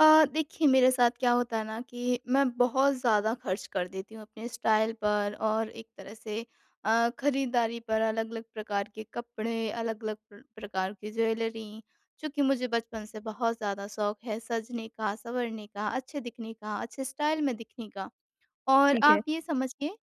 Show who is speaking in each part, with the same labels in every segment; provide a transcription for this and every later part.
Speaker 1: देखिए, मेरे साथ क्या होता है ना कि मैं बहुत ज़्यादा खर्च कर देती हूँ अपने स्टाइल पर और एक तरह से खरीदारी पर, अलग-अलग प्रकार के कपड़े, अलग-अलग प्रकार की ज्वेलरी, चूँकि मुझे बचपन से बहुत ज़्यादा शौक है सजने का, सँवरने का, अच्छे दिखने का, अच्छे स्टाइल में दिखने का। और
Speaker 2: ठीक है।
Speaker 1: आप ये समझिए,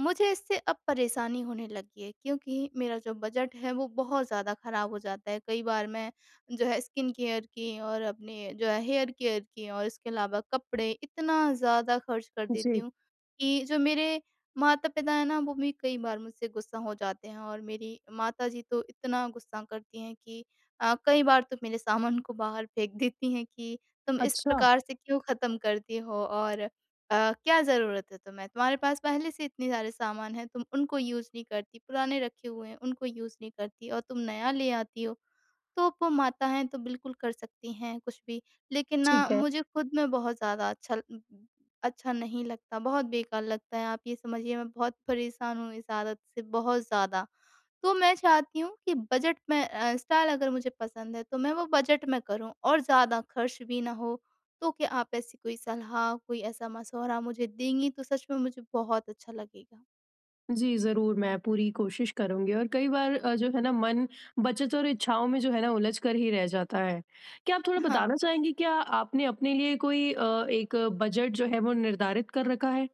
Speaker 1: मुझे इससे अब परेशानी होने लगी है क्योंकि मेरा जो बजट है वो बहुत ज़्यादा ख़राब हो जाता है। कई बार मैं, जो है स्किन केयर की और अपने जो है हेयर केयर की और इसके अलावा कपड़े, इतना ज़्यादा खर्च कर देती
Speaker 2: जी।
Speaker 1: हूँ कि जो मेरे माता-पिता हैं ना, वो भी कई बार मुझसे गुस्सा हो जाते हैं। और मेरी माताजी तो इतना गुस्सा करती हैं कि कई बार तो मेरे सामान को बाहर फेंक देती हैं कि तुम इस
Speaker 2: अच्छा,
Speaker 1: प्रकार से क्यों ख़त्म करती हो? और क्या ज़रूरत है तुम्हें? तुम्हारे पास पहले से इतने सारे सामान हैं, तुम उनको यूज़ नहीं करती, पुराने रखे हुए हैं, उनको यूज़ नहीं करती और तुम नया ले आती हो। तो वो माता हैं, तो बिल्कुल कर सकती हैं कुछ भी। लेकिन ना,
Speaker 2: ठीक है।
Speaker 1: मुझे खुद में बहुत ज़्यादा अच्छा अच्छा नहीं लगता, बहुत बेकार लगता है। आप ये समझिए, मैं बहुत परेशान हूँ इस आदत से, बहुत ज़्यादा। तो मैं चाहती हूँ कि बजट में, स्टाइल अगर मुझे पसंद है तो मैं वो बजट में करूँ और ज़्यादा खर्च भी ना हो। तो क्या आप ऐसी कोई सलाह, कोई ऐसा मशवरा मुझे देंगी, तो सच में मुझे बहुत अच्छा लगेगा।
Speaker 2: जी, ज़रूर मैं पूरी कोशिश करूँगी, और कई बार जो है ना मन बचत और इच्छाओं में जो है ना उलझ कर ही रह जाता है। क्या आप थोड़ा
Speaker 1: हाँ।
Speaker 2: बताना चाहेंगी, क्या आपने अपने लिए कोई एक बजट जो है वो निर्धारित कर रखा है?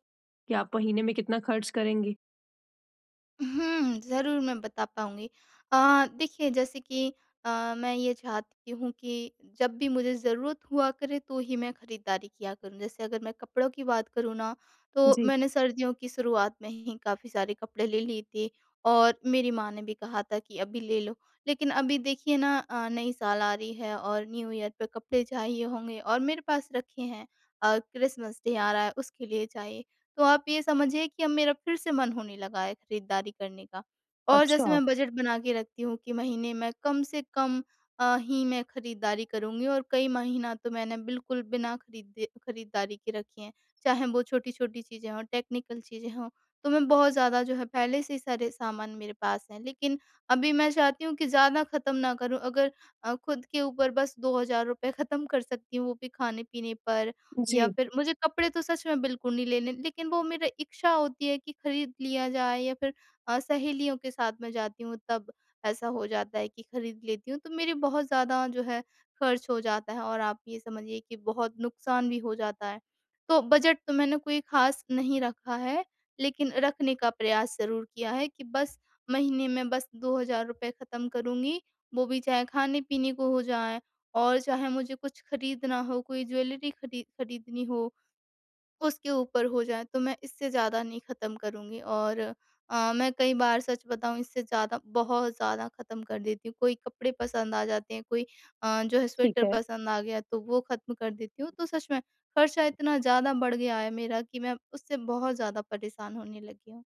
Speaker 2: कि आप महीने में कितना खर्च करेंगी?
Speaker 1: ज़रूर मैं बता पाऊँगी। देखिए जैसे कि मैं ये चाहती हूँ कि जब भी मुझे ज़रूरत हुआ करे तो ही मैं खरीदारी किया करूँ। जैसे अगर मैं कपड़ों की बात करूँ ना, तो
Speaker 2: जी।
Speaker 1: मैंने सर्दियों की शुरुआत में ही काफ़ी सारे कपड़े ले लिए थे, और मेरी माँ ने भी कहा था कि अभी ले लो। लेकिन अभी देखिए ना, नई साल आ रही है और न्यू ईयर पे कपड़े चाहिए होंगे, और मेरे पास रखे हैं। क्रिसमस डे आ रहा है, उसके लिए चाहिए। तो आप ये समझिए कि अब मेरा फिर से मन होने लगा है खरीदारी करने का। और जैसे
Speaker 2: अच्छा।
Speaker 1: मैं बजट बना के रखती हूँ कि महीने में कम से कम ही मैं खरीदारी करूँगी, और कई महीना तो मैंने बिल्कुल बिना खरीदे खरीदारी के रखे हैं। चाहे वो छोटी-छोटी चीज़ें हों, टेक्निकल चीज़ें हों, तो मैं बहुत ज़्यादा, जो है पहले से ही सारे सामान मेरे पास हैं। लेकिन अभी मैं चाहती हूँ कि ज़्यादा ख़त्म ना करूँ। अगर खुद के ऊपर बस ₹2000 ख़त्म कर सकती हूँ, वो भी खाने-पीने पर, या
Speaker 2: जी,
Speaker 1: फिर मुझे कपड़े तो सच में बिल्कुल नहीं लेने, लेकिन वो मेरा इच्छा होती है कि खरीद लिया जाए, या फिर सहेलियों के साथ मैं जाती हूँ तब ऐसा हो जाता है कि खरीद लेती हूँ, तो मेरे बहुत ज़्यादा, जो है खर्च हो जाता है, और आप ये समझिए कि बहुत नुकसान भी हो जाता है। तो बजट तो मैंने कोई खास नहीं रखा है, लेकिन रखने का प्रयास ज़रूर किया है कि बस महीने में बस 2,000 रुपये ख़त्म करूँगी, वो भी चाहे खाने पीने को हो जाए, और चाहे मुझे कुछ खरीदना हो, कोई ज्वेलरी खरीदनी हो, उसके ऊपर हो जाए, तो मैं इससे ज़्यादा नहीं ख़त्म करूँगी। और मैं कई बार सच बताऊँ, इससे ज़्यादा बहुत ज़्यादा ख़त्म कर देती हूँ। कोई कपड़े पसंद आ जाते हैं, कोई जो है
Speaker 2: ठीक
Speaker 1: स्वेटर
Speaker 2: है।
Speaker 1: पसंद आ गया, तो वो ख़त्म कर देती हूँ। तो सच में खर्चा इतना ज़्यादा बढ़ गया है मेरा कि मैं उससे बहुत ज़्यादा परेशान होने लगी हूँ।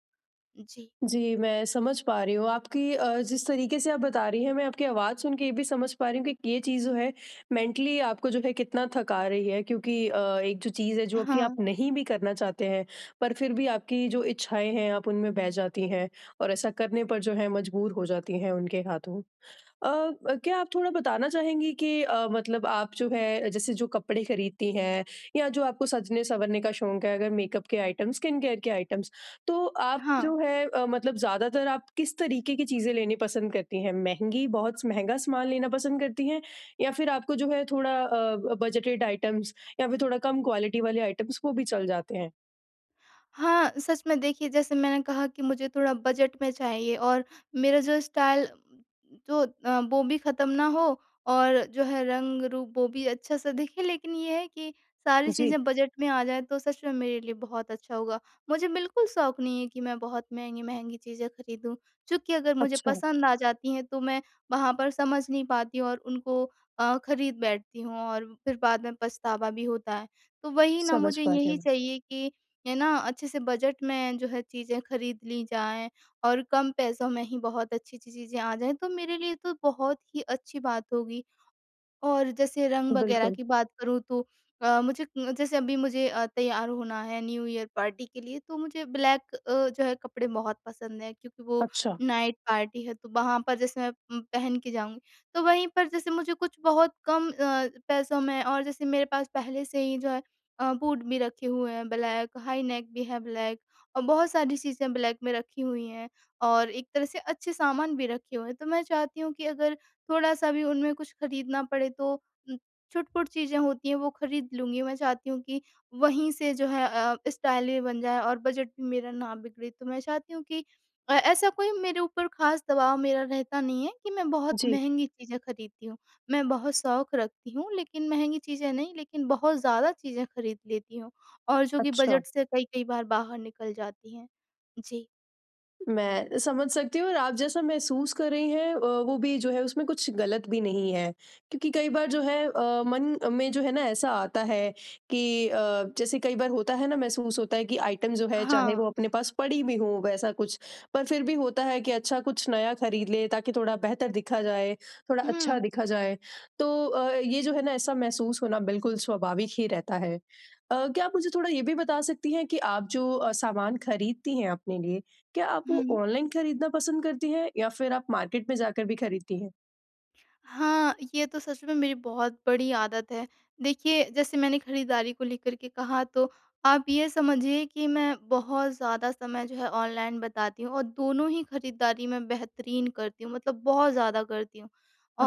Speaker 1: जी।
Speaker 2: जी, मैं समझ पा रही हूँ आपकी, जिस तरीके से आप बता रही हैं, मैं आपकी आवाज़ सुन के ये भी समझ पा रही हूँ कि ये चीज़ जो है मेंटली आपको जो है कितना थका रही है, क्योंकि एक जो चीज़ है जो कि आप
Speaker 1: हाँ,
Speaker 2: नहीं भी करना चाहते हैं, पर फिर भी आपकी जो इच्छाएँ हैं, आप उनमें बह जाती हैं और ऐसा करने पर जो है मजबूर हो जाती हैं उनके हाथों। क्या आप थोड़ा बताना चाहेंगी कि मतलब आप जो है, जैसे जो कपड़े खरीदती हैं या जो आपको सजने-संवरने का शौक है, अगर मेकअप के आइटम्स, स्किन केयर के आइटम्स, तो आप
Speaker 1: हाँ।
Speaker 2: जो है मतलब ज़्यादातर आप किस तरीके की चीज़ें लेनी पसंद करती हैं? महँगी, बहुत महँगा सामान लेना पसंद करती हैं, या फिर आपको जो है थोड़ा बजटेड आइटम्स या फिर थोड़ा कम क्वालिटी वाले आइटम्स, वो भी चल जाते हैं?
Speaker 1: हाँ, सच में देखिए, जैसे मैंने कहा कि मुझे थोड़ा बजट में चाहिए, और मेरा जो स्टाइल, जो वो भी ख़त्म ना हो, और जो है रंग-रूप वो भी अच्छा-सा दिखे, लेकिन ये है कि सारी
Speaker 2: जी,
Speaker 1: चीज़ें बजट में आ जाएँ, तो सच में मेरे लिए बहुत अच्छा होगा। मुझे बिल्कुल शौक नहीं है कि मैं बहुत महँगी-महँगी चीज़ें खरीदूँ, चूँकि अगर मुझे
Speaker 2: अच्छा,
Speaker 1: पसंद आ जाती हैं तो मैं वहाँ पर समझ नहीं पाती और उनको खरीद बैठती हूँ, और फिर बाद में पछतावा भी होता है। तो वही ना,
Speaker 2: समझ
Speaker 1: मुझे
Speaker 2: पा रही
Speaker 1: यही
Speaker 2: हूँ
Speaker 1: चाहिए कि ये ना, अच्छे से बजट में, जो है चीज़ें खरीद ली जाएँ, और कम पैसों में ही बहुत अच्छी-अच्छी चीज़ें आ जाएँ, तो मेरे लिए तो बहुत ही अच्छी बात होगी। और जैसे रंग
Speaker 2: मैं।
Speaker 1: वगैरह
Speaker 2: बिल्कुल।
Speaker 1: की बात करूँ, तो मुझे, जैसे अभी मुझे तैयार होना है न्यू ईयर पार्टी के लिए, तो मुझे ब्लैक जो है कपड़े बहुत पसंद है, क्योंकि वो
Speaker 2: अच्छा,
Speaker 1: नाइट पार्टी है, तो वहाँ पर जैसे मैं पहन के जाऊँगी। तो वहीं पर जैसे मुझे कुछ बहुत कम पैसों में, और जैसे मेरे पास पहले से ही, जो है बूट भी रखे हुए हैं ब्लैक, हाई नेक भी है ब्लैक, और बहुत सारी चीज़ें ब्लैक में रखी हुई हैं, और एक तरह से अच्छे सामान भी रखे हुए हैं, तो मैं चाहती हूँ कि अगर थोड़ा-सा भी उनमें कुछ खरीदना पड़े तो उम, छुट-पुट चीज़ें होती हैं वो खरीद लूँगी। मैं चाहती हूँ कि वहीं से, जो है स्टाइल भी बन जाए और बजट भी मेरा ना बिगड़े। तो मैं चाहती हूँ कि ऐसा कोई मेरे ऊपर ख़ास दबाव मेरा रहता नहीं है कि मैं बहुत
Speaker 2: जी,
Speaker 1: महँगी चीज़ें खरीदती हूँ। मैं बहुत शौक रखती हूँ, लेकिन महँगी चीज़ें नहीं, लेकिन बहुत ज़्यादा चीज़ें खरीद लेती हूँ, और जो कि
Speaker 2: अच्छा।
Speaker 1: बजट से कई-कई बार बाहर निकल जाती हैं। जी।
Speaker 2: मैं समझ सकती हूँ, और आप जैसा महसूस कर रही हैं, वो भी जो है उसमें कुछ गलत भी नहीं है, क्योंकि कई बार जो है मन में जो है ना ऐसा आता है कि जैसे कई बार होता है ना, महसूस होता है कि आइटम जो है चाहे
Speaker 1: हाँ।
Speaker 2: वो अपने पास पड़ी भी हो वैसा कुछ, पर फिर भी होता है कि अच्छा, कुछ नया खरीद ले, ताकि थोड़ा बेहतर दिखा जाए, थोड़ा अच्छा
Speaker 1: हुँ,
Speaker 2: दिखा जाए। तो ये जो है ना ऐसा महसूस होना बिल्कुल स्वाभाविक ही रहता है। क्या आप मुझे थोड़ा ये भी बता सकती हैं कि आप जो सामान खरीदती हैं अपने लिए, क्या आप वो
Speaker 1: हुँ।
Speaker 2: ऑनलाइन खरीदना पसंद करती हैं या फिर आप मार्केट में जाकर भी खरीदती हैं?
Speaker 1: हाँ, ये तो सच में मेरी बहुत बड़ी आदत है। देखिए, जैसे मैंने खरीदारी को लेकर के कहा, तो आप ये समझिए कि मैं बहुत ज़्यादा समय, जो है ऑनलाइन बताती हूँ, और दोनों ही खरीदारी में बेहतरीन करती हूँ, मतलब बहुत ज़्यादा करती हूँ।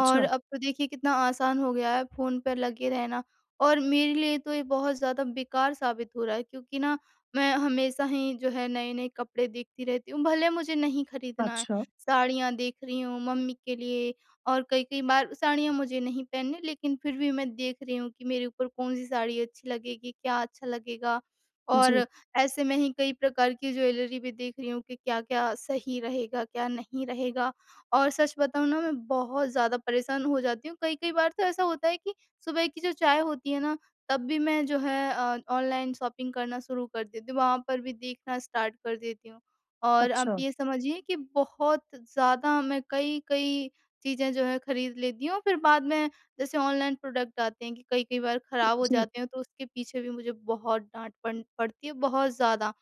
Speaker 1: और अब तो देखिए, कितना आसान हो गया है फ़ोन पर लगे रहना। और मेरे लिए तो ये बहुत ज़्यादा बेकार साबित हो रहा है, क्योंकि ना, मैं हमेशा ही, जो है नए-नए कपड़े देखती रहती हूँ, भले मुझे नहीं खरीदना है।
Speaker 2: अच्छा।
Speaker 1: साड़ियाँ देख रही हूँ मम्मी के लिए, और कई-कई बार साड़ियाँ मुझे नहीं पहननी, लेकिन फिर भी मैं देख रही हूँ कि मेरे ऊपर कौन-सी साड़ी अच्छी लगेगी, क्या अच्छा लगेगा,
Speaker 2: जी,
Speaker 1: और ऐसे में ही कई प्रकार की ज्वेलरी भी देख रही हूँ कि क्या-क्या सही रहेगा, क्या नहीं रहेगा। और सच बताऊँ ना, मैं बहुत ज़्यादा परेशान हो जाती हूँ। कई-कई बार तो ऐसा होता है कि सुबह की जो चाय होती है ना, तब भी मैं, जो है ऑनलाइन शॉपिंग करना शुरू कर देती हूँ, वहाँ पर भी देखना स्टार्ट कर देती हूँ। और आप
Speaker 2: अच्छा।
Speaker 1: ये समझिए कि बहुत ज़्यादा मैं कई-कई चीज़ें, जो है खरीद लेती हूँ, फिर बाद में जैसे ऑनलाइन प्रोडक्ट आते हैं कि कई-कई बार खराब हो
Speaker 2: जी,
Speaker 1: जाते हैं, तो उसके पीछे भी मुझे बहुत डाँट पन पड़ती है, बहुत ज़्यादा।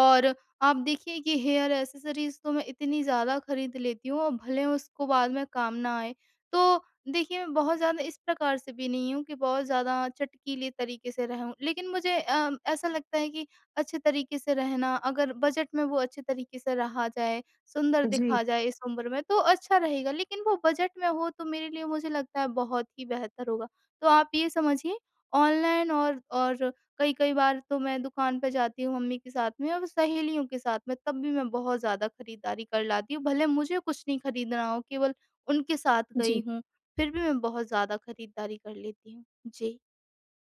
Speaker 1: और आप देखिए कि हेयर एक्सेसरीज़ तो मैं इतनी ज़्यादा खरीद लेती हूँ, और भले उसको बाद में काम ना आए। तो देखिए, मैं बहुत ज़्यादा इस प्रकार से भी नहीं हूँ कि बहुत ज़्यादा चटकीले तरीके से रहूँ, लेकिन मुझे ऐसा लगता है कि अच्छे तरीके से रहना, अगर बजट में वो अच्छे तरीके से रहा जाए, सुंदर
Speaker 2: जी,
Speaker 1: दिखा जाए इस उम्र में तो अच्छा रहेगा, लेकिन वो बजट में हो तो मेरे लिए, मुझे लगता है बहुत ही बेहतर होगा। तो आप ये समझिए, ऑनलाइन और कई-कई बार तो मैं दुकान पे जाती हूँ मम्मी के साथ में और सहेलियों के साथ में, तब भी मैं बहुत ज़्यादा खरीदारी कर लाती हूँ। भले मुझे कुछ नहीं खरीदना हो, केवल उनके साथ गई
Speaker 2: जी।
Speaker 1: हूँ, फिर भी मैं बहुत ज़्यादा खरीदारी कर लेती हूँ। जी।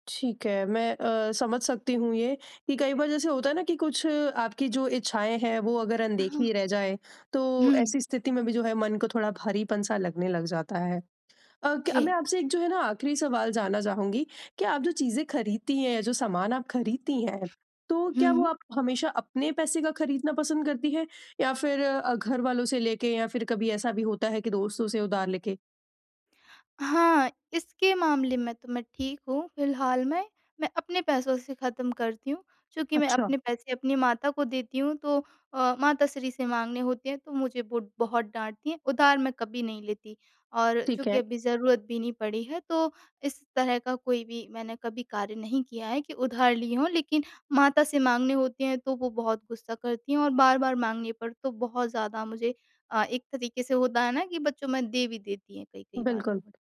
Speaker 2: ठीक है, मैं समझ सकती हूँ ये, कि कई बार जैसे होता है ना कि कुछ आपकी जो इच्छाएँ हैं वो अगर
Speaker 1: हाँ।
Speaker 2: अनदेखी रह जाएँ, तो
Speaker 1: हुँ।
Speaker 2: ऐसी स्थिति में भी जो है मन को थोड़ा भारीपन-सा लगने लग जाता है। क्या
Speaker 1: जी।
Speaker 2: मैं आपसे एक जो है ना आखिरी सवाल जानना चाहूँगी, कि आप जो चीज़ें खरीदती हैं या जो सामान आप खरीदती हैं, तो क्या वो
Speaker 1: हुँ।
Speaker 2: आप हमेशा अपने पैसे का खरीदना पसंद करती हैं, या फिर घर वालों से लेके, या फिर कभी ऐसा भी होता है कि दोस्तों से उधार लेके?
Speaker 1: हाँ, इसके मामले में तो मैं ठीक हूँ, फिलहाल में, मैं अपने पैसों से ख़त्म करती हूँ, चूँकि मैं
Speaker 2: अच्छा,
Speaker 1: अपने पैसे अपनी माता को देती हूँ, तो माताश्री से माँगने होते हैं, तो मुझे वो बहुत डाँटती हैं, उधार मैं कभी नहीं लेती, और
Speaker 2: ठीक
Speaker 1: चूँकि
Speaker 2: है,
Speaker 1: अभी ज़रूरत भी नहीं पड़ी है, तो इस तरह का कोई भी मैंने कभी कार्य नहीं किया है कि उधार ली हो, लेकिन माता से माँगने होते हैं, तो वो बहुत गुस्सा करती हैं, और बार-बार माँगने पर तो बहुत ज़्यादा मुझे एक तरीके से होता है ना कि बच्चों में दे भी देती हैं कई-कई बार तो
Speaker 2: बिल्कुल।
Speaker 1: मुझे।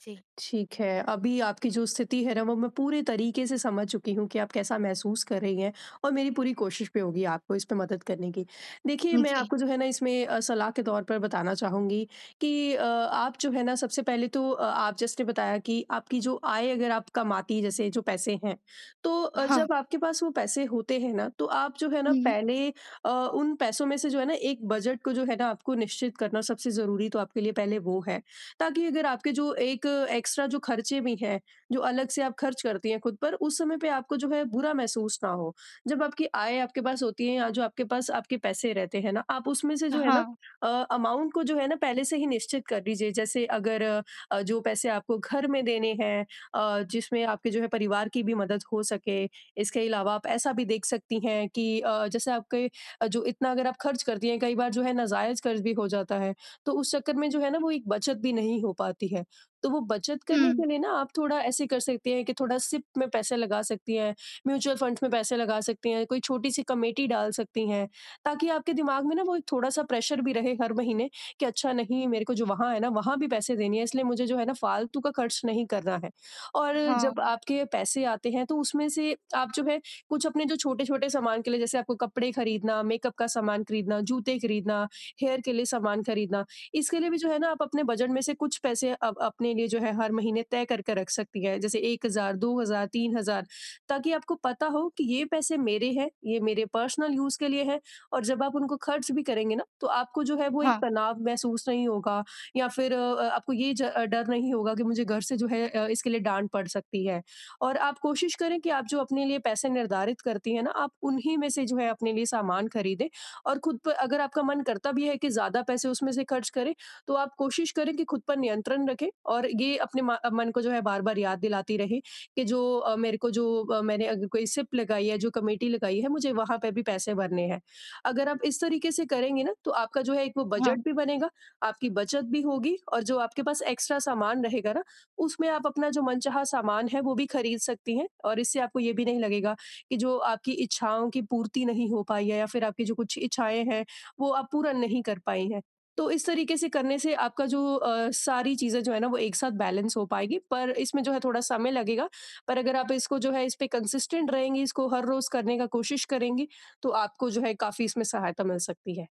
Speaker 1: जी।
Speaker 2: ठीक है। अभी आपकी जो स्थिति है ना, वो मैं पूरे तरीके से समझ चुकी हूँ कि आप कैसा महसूस कर रही हैं, और मेरी पूरी कोशिश भी होगी आपको इसमें मदद करने की। देखिए, मैं
Speaker 1: जी,
Speaker 2: आपको जो है ना इसमें सलाह के तौर पर बताना चाहूँगी, कि आप जो है ना सबसे पहले तो आप, जैसे बताया, कि आपकी जो आय, अगर आप कमाती हैं, जैसे जो पैसे हैं, तो
Speaker 1: हाँ।
Speaker 2: जब आपके पास वो पैसे होते हैं ना, तो आप जो है ना
Speaker 1: हुँ,
Speaker 2: पहले उन पैसों में से जो है ना एक बजट को जो है ना आपको निश्चित करना सबसे ज़रूरी, तो आपके लिए पहले वो है। ताकि अगर आपके जो एक एक्स्ट्रा जो खर्चे भी हैं, जो अलग से आप खर्च करती हैं खुद पर, उस समय पे आपको जो है बुरा महसूस ना हो। जब आपकी आय आपके पास होती है, या जो आपके पास आपके पैसे रहते हैं ना, आप उसमें से जो है ना
Speaker 1: हाँ,
Speaker 2: अ, अमाउंट को जो है ना पहले से ही निश्चित कर लीजिए। जैसे, अगर जो पैसे आपको घर में देने हैं, जिसमें आपके जो है परिवार की भी मदद हो सके। इसके अलावा आप ऐसा भी देख सकती हैं कि जैसे आपके जो इतना अगर आप खर्च करती हैं, कई बार जो है ना जायज़ खर्च भी हो जाता है। तो उस चक्कर में जो है ना वो एक बचत भी नहीं हो पाती है। तो वो बचत करने
Speaker 1: हुँ,
Speaker 2: के लिए ना, आप थोड़ा ऐसे कर सकती हैं, कि थोड़ा सिप में पैसे लगा सकती हैं, म्यूचुअल फंड्स में पैसे लगा सकती हैं, कोई छोटी-सी कमेटी डाल सकती हैं, ताकि आपके दिमाग में ना वो एक थोड़ा-सा प्रेशर भी रहे हर महीने, कि अच्छा, नहीं, मेरे को जो वहाँ है ना, वहाँ भी पैसे देने हैं, इसलिए मुझे जो है ना फालतू का खर्च नहीं करना है। और
Speaker 1: हाँ,
Speaker 2: जब आपके पैसे आते हैं, तो उसमें से आप जो है कुछ अपने जो छोटे-छोटे सामान के लिए, जैसे आपको कपड़े खरीदना, मेकअप का सामान खरीदना, जूते खरीदना, हेयर के लिए सामान खरीदना, इसके लिए भी जो है ना आप अपने बजट में से कुछ पैसे अब अपने लिए जो है हर महीने तय करके रख सकती हैं। जैसे 1000, 2000, 3000, ताकि आपको पता हो कि ये पैसे मेरे हैं, ये मेरे पर्सनल यूज़ के लिए हैं। और जब आप उनको खर्च भी करेंगे ना, तो आपको जो है वो एक
Speaker 1: हाँ,
Speaker 2: तनाव महसूस नहीं होगा, या फिर आपको ये डर नहीं होगा कि मुझे घर से जो है इसके लिए डाँट पड़ सकती है। और आप कोशिश करें कि आप जो अपने लिए पैसे निर्धारित करती हैं ना, आप उन्हीं में से जो है अपने लिए सामान खरीदें, और खुद पर अगर आपका मन करता भी है कि ज़्यादा पैसे उसमें से खर्च करें, तो आप कोशिश करें कि खुद पर नियंत्रण रखें, और ये अपने मा मन को जो है बार-बार याद दिलाती रहें, कि जो मेरे को जो मैंने अगर कोई सिप लगाई है, जो कमेटी लगाई है, मुझे वहाँ पे भी पैसे भरने हैं। अगर आप इस तरीके से करेंगे ना, तो आपका जो है एक वो
Speaker 1: हाँ।
Speaker 2: बजट भी बनेगा, आपकी बचत भी होगी, और जो आपके पास एक्स्ट्रा सामान रहेगा ना, उसमें आप अपना जो मनचाहा सामान है, वो भी खरीद सकती हैं, और इससे आपको ये भी नहीं लगेगा कि जो आपकी इच्छाओं की पूर्ति नहीं हो पाई है, या फिर आपकी जो कुछ इच्छाएँ हैं, वो आप पूरा नहीं कर पाई हैं। तो इस तरीके से करने से आपका जो सारी चीज़ें जो है ना वो एक साथ बैलेंस हो पाएगी, पर इसमें जो है थोड़ा समय लगेगा। पर अगर आप इसको जो है, इस पे कंसिस्टेंट रहेंगी, इसको हर रोज़ करने का कोशिश करेंगी, तो आपको जो है काफ़ी इसमें सहायता मिल सकती है।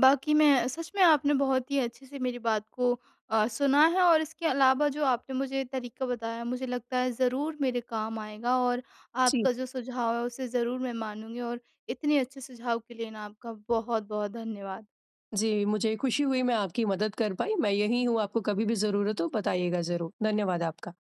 Speaker 1: बाकी मैं सच में, आपने बहुत ही अच्छे से मेरी बात को सुना है, और इसके अलावा जो आपने मुझे तरीका बताया, मुझे लगता है ज़रूर मेरे काम आएगा, और
Speaker 2: जी।
Speaker 1: आपका जो सुझाव है उसे ज़रूर मैं मानूँगी, और इतने अच्छे सुझाव के लिए ना, आपका बहुत-बहुत धन्यवाद।
Speaker 2: जी, मुझे खुशी हुई मैं आपकी मदद कर पाई। मैं यहीं हूँ, आपको कभी भी ज़रूरत हो बताइएगा ज़रूर। धन्यवाद आपका।